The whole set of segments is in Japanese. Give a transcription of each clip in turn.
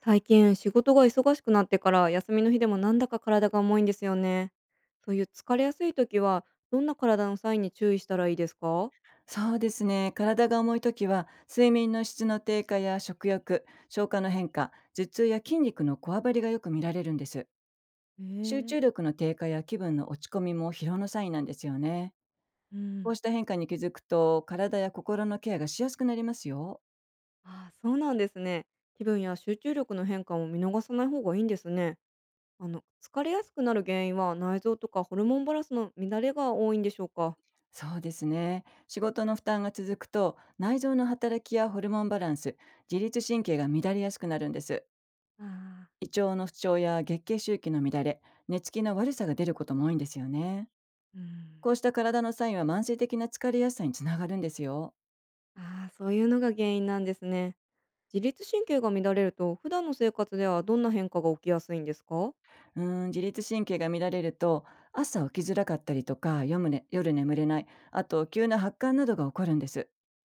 最近仕事が忙しくなってから休みの日でもなんだか体が重いんですよね。そういう疲れやすい時はどんな体のサインに注意したらいいですか？そうですね。体が重いときは、睡眠の質の低下や食欲、消化の変化、頭痛や筋肉のこわばりがよく見られるんです。え集ー、中力の低下や気分の落ち込みも疲労のサインなんですよね。うこうん。した変化に気づくと、体や心のケアがしやすくなりますよ。ああ、そうなんですね。気分や集中力の変化も見逃さない方がいいんですね。あの、疲れやすくなる原因は内臓とかホルモンバランスの乱れが多いんでしょうか？そうですね。仕事の負担が続くと、内臓の働きやホルモンバランス、自律神経が乱れやすくなるんです。ああー、胃腸の不調や月経周期の乱れ、寝つきの悪さが出ることも多いんですよね。うん。こうした体のサインは慢性的な疲れやすさにつながるんですよ。ああ、そういうのが原因なんですね。自律神経が乱れると普段の生活ではどんな変化が起きやすいんですか？自律神経が乱れると、朝起きづらかったりとか、夜むね夜眠れない、あと急な発汗などが起こるんです。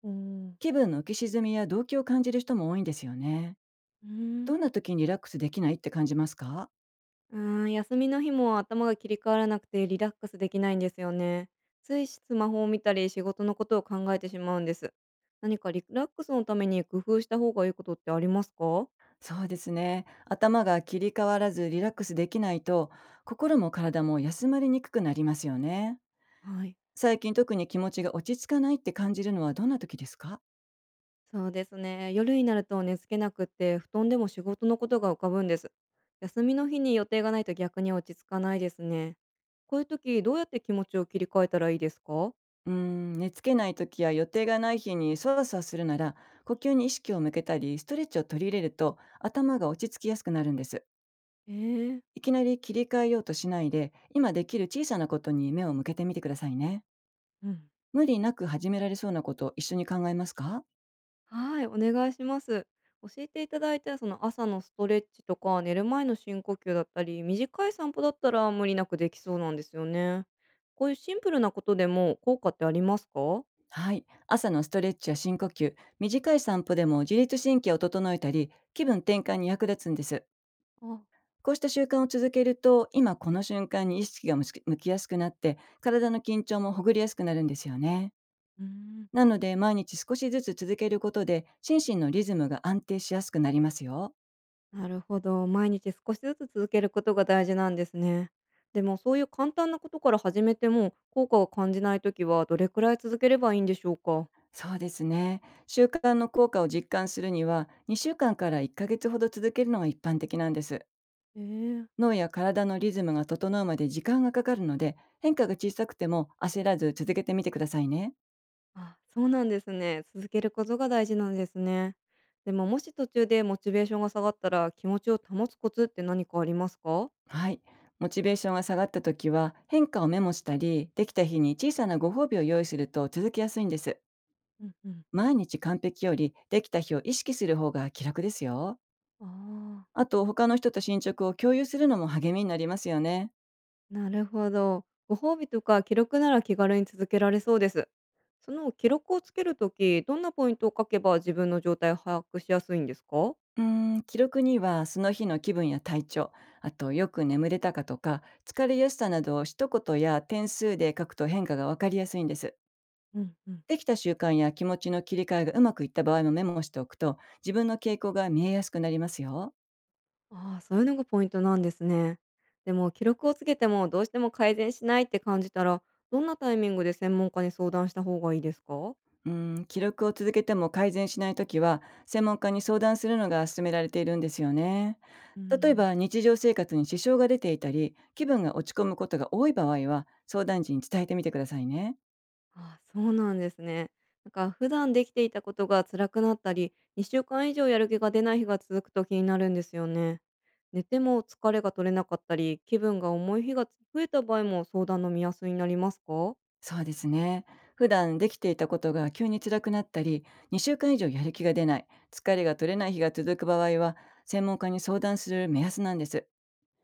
おー、うん、気分の浮き沈みや動悸を感じる人も多いんですよね。うーん。どんな時にリラックスできないって感じますか？うーん、休みの日も頭が切り替わらなくてリラックスできないんですよね。ついスマホを見たり仕事のことを考えてしまうんです。何かリラックスのために工夫した方がいいことってありますか？そうですね。頭が切り替わらずリラックスできないと、心も体も休まりにくくなりますよね。はい。最近特に気持ちが落ち着かないって感じるのはどんな時ですか？そうですね。夜になると寝つけなくって布団でも仕事のことが浮かぶんです。休みの日に予定がないと逆に落ち着かないですね。こういう時どうやって気持ちを切り替えたらいいですか？寝つけない時や予定がない日にそわそわするなら、呼吸に意識を向けたりストレッチを取り入れると、頭が落ち着きやすくなるんです。ええー、いきなり切り替えようとしないで、今できる小さなことに目を向けてみてくださいね。うん。無理なく始められそうなことを一緒に考えますか？はい、お願いします。教えていただいたその朝のストレッチとか寝る前の深呼吸だったり短い散歩だったら無理なくできそうなんですよね。こういうシンプルなことでも効果ってありますか？はい。朝のストレッチや深呼吸、短い散歩でも自律神経を整えたり気分転換に役立つんです。あ、こうした習慣を続けると、今この瞬間に意識が向きやすくなって体の緊張もほぐれやすくなるんですよね。うーん。なので、毎日少しずつ続けることで、心身のリズムが安定しやすくなりますよ。なるほど。毎日少しずつ続けることが大事なんですね。でもそういう簡単なことから始めても効果を感じないときはどれくらい続ければいいんでしょうか？そうですね。習慣の効果を実感するには、2週間から1ヶ月ほど続けるのが一般的なんです。ええ、脳や体のリズムが整うまで時間がかかるので、変化が小さくても焦らず続けてみてくださいね。あ、そうなんですね。続けることが大事なんですね。でももし途中でモチベーションが下がったら気持ちを保つコツって何かありますか？はい。モチベーションが下がった時は、変化をメモしたり、できた日に小さなご褒美を用意すると続きやすいんです。うんうん。毎日完璧より、できた日を意識する方が気楽ですよ。ああ、あと、他の人と進捗を共有するのも励みになりますよね。なるほど。ご褒美とか記録なら気軽に続けられそうです。その記録をつけるとき、どんなポイントを書けば自分の状態を把握しやすいんですか？うーん、記録にはその日の気分や体調、あとよく眠れたかとか、疲れやすさなどを一言や点数で書くと変化がわかりやすいんです。うんうん。できた習慣や気持ちの切り替えがうまくいった場合もメモしておくと、自分の傾向が見えやすくなりますよ。ああ、そういうのがポイントなんですね。でも記録をつけてもどうしても改善しないって感じたら、どんなタイミングで専門家に相談した方がいいですか？うん、記録を続けても改善しないときは、専門家に相談するのが勧められているんですよね。う例えん、ば、日常生活に支障が出ていたり、気分が落ち込むことが多い場合は、相談時に伝えてみてくださいね。あ、そうなんですね。なんか普段できていたことが辛くなったり、2週間以上やる気が出ない日が続くと気になるんですよね。寝ても疲れが取れなかったり、気分が重い日が増えた場合も相談の目安になりますか？そうですね。普段できていたことが急に辛くなったり、2週間以上やる気が出ない、疲れが取れない日が続く場合は、専門家に相談する目安なんです。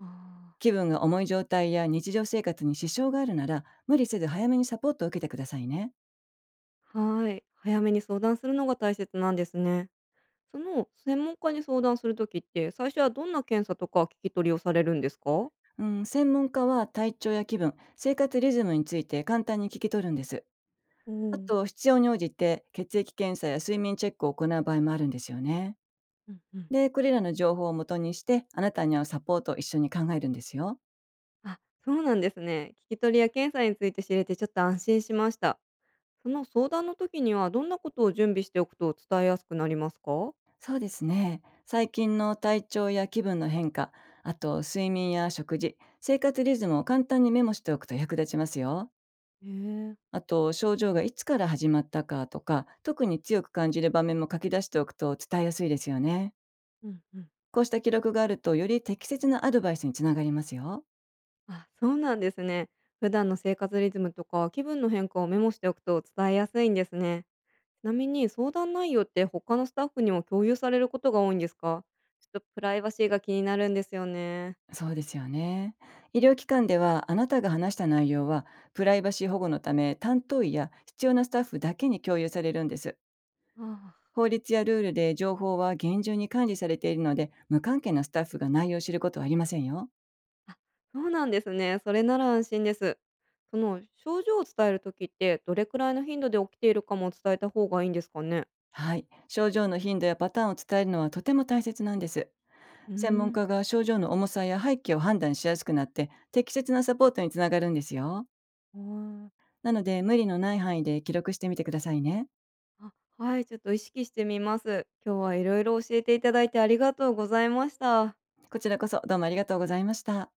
あ気分が重い状態や日常生活に支障があるなら、無理せず早めにサポートを受けてくださいね。あ、はい。早めに相談するのが大切なんですね。その専門家に相談するときって、最初はどんな検査とか聞き取りをされるんですか？うん、専門家は体調や気分、生活リズムについて簡単に聞き取るんです。おおあと、ー、必要に応じて血液検査や睡眠チェックを行う場合もあるんですよね。うん、うん、で、これらの情報を元にして、あなたに合うサポートを一緒に考えるんですよ。あ、そうなんですね。聞き取りや検査について知れてちょっと安心しました。その相談の時にはどんなことを準備しておくと伝えやすくなりますか？そうですね。最近の体調や気分の変化、あと睡眠や食事、生活リズムを簡単にメモしておくと役立ちますよ。へえ、あと、症状がいつから始まったかとか、特に強く感じる場面も書き出しておくと伝えやすいですよね。うんうん。こうした記録があると、より適切なアドバイスにつながりますよ。あ、そうなんですね。普段の生活リズムとか気分の変化をメモしておくと伝えやすいんですね。ちなみに相談内容って他のスタッフにも共有されることが多いんですか？ちょっとプライバシーが気になるんですよね。そうですよね。医療機関では、あなたが話した内容は、プライバシー保護のため、担当医や必要なスタッフだけに共有されるんです。あ、あ、法律やルールで情報は厳重に管理されているので、無関係なスタッフが内容を知ることはありませんよ。あ、そうなんですね。それなら安心です。その症状を伝える時って、どれくらいの頻度で起きているかも伝えた方がいいんですかね？はい。症状の頻度やパターンを伝えるのはとても大切なんです。うー専門ん、家が症状の重さや背景を判断しやすくなって、適切なサポートにつながるんですよ。あなので、無理のない範囲で記録してみてくださいね。あ。あ、はい、ちょっと意識してみます。今日はいろいろ教えていただいてありがとうございました。こちらこそどうもありがとうございました。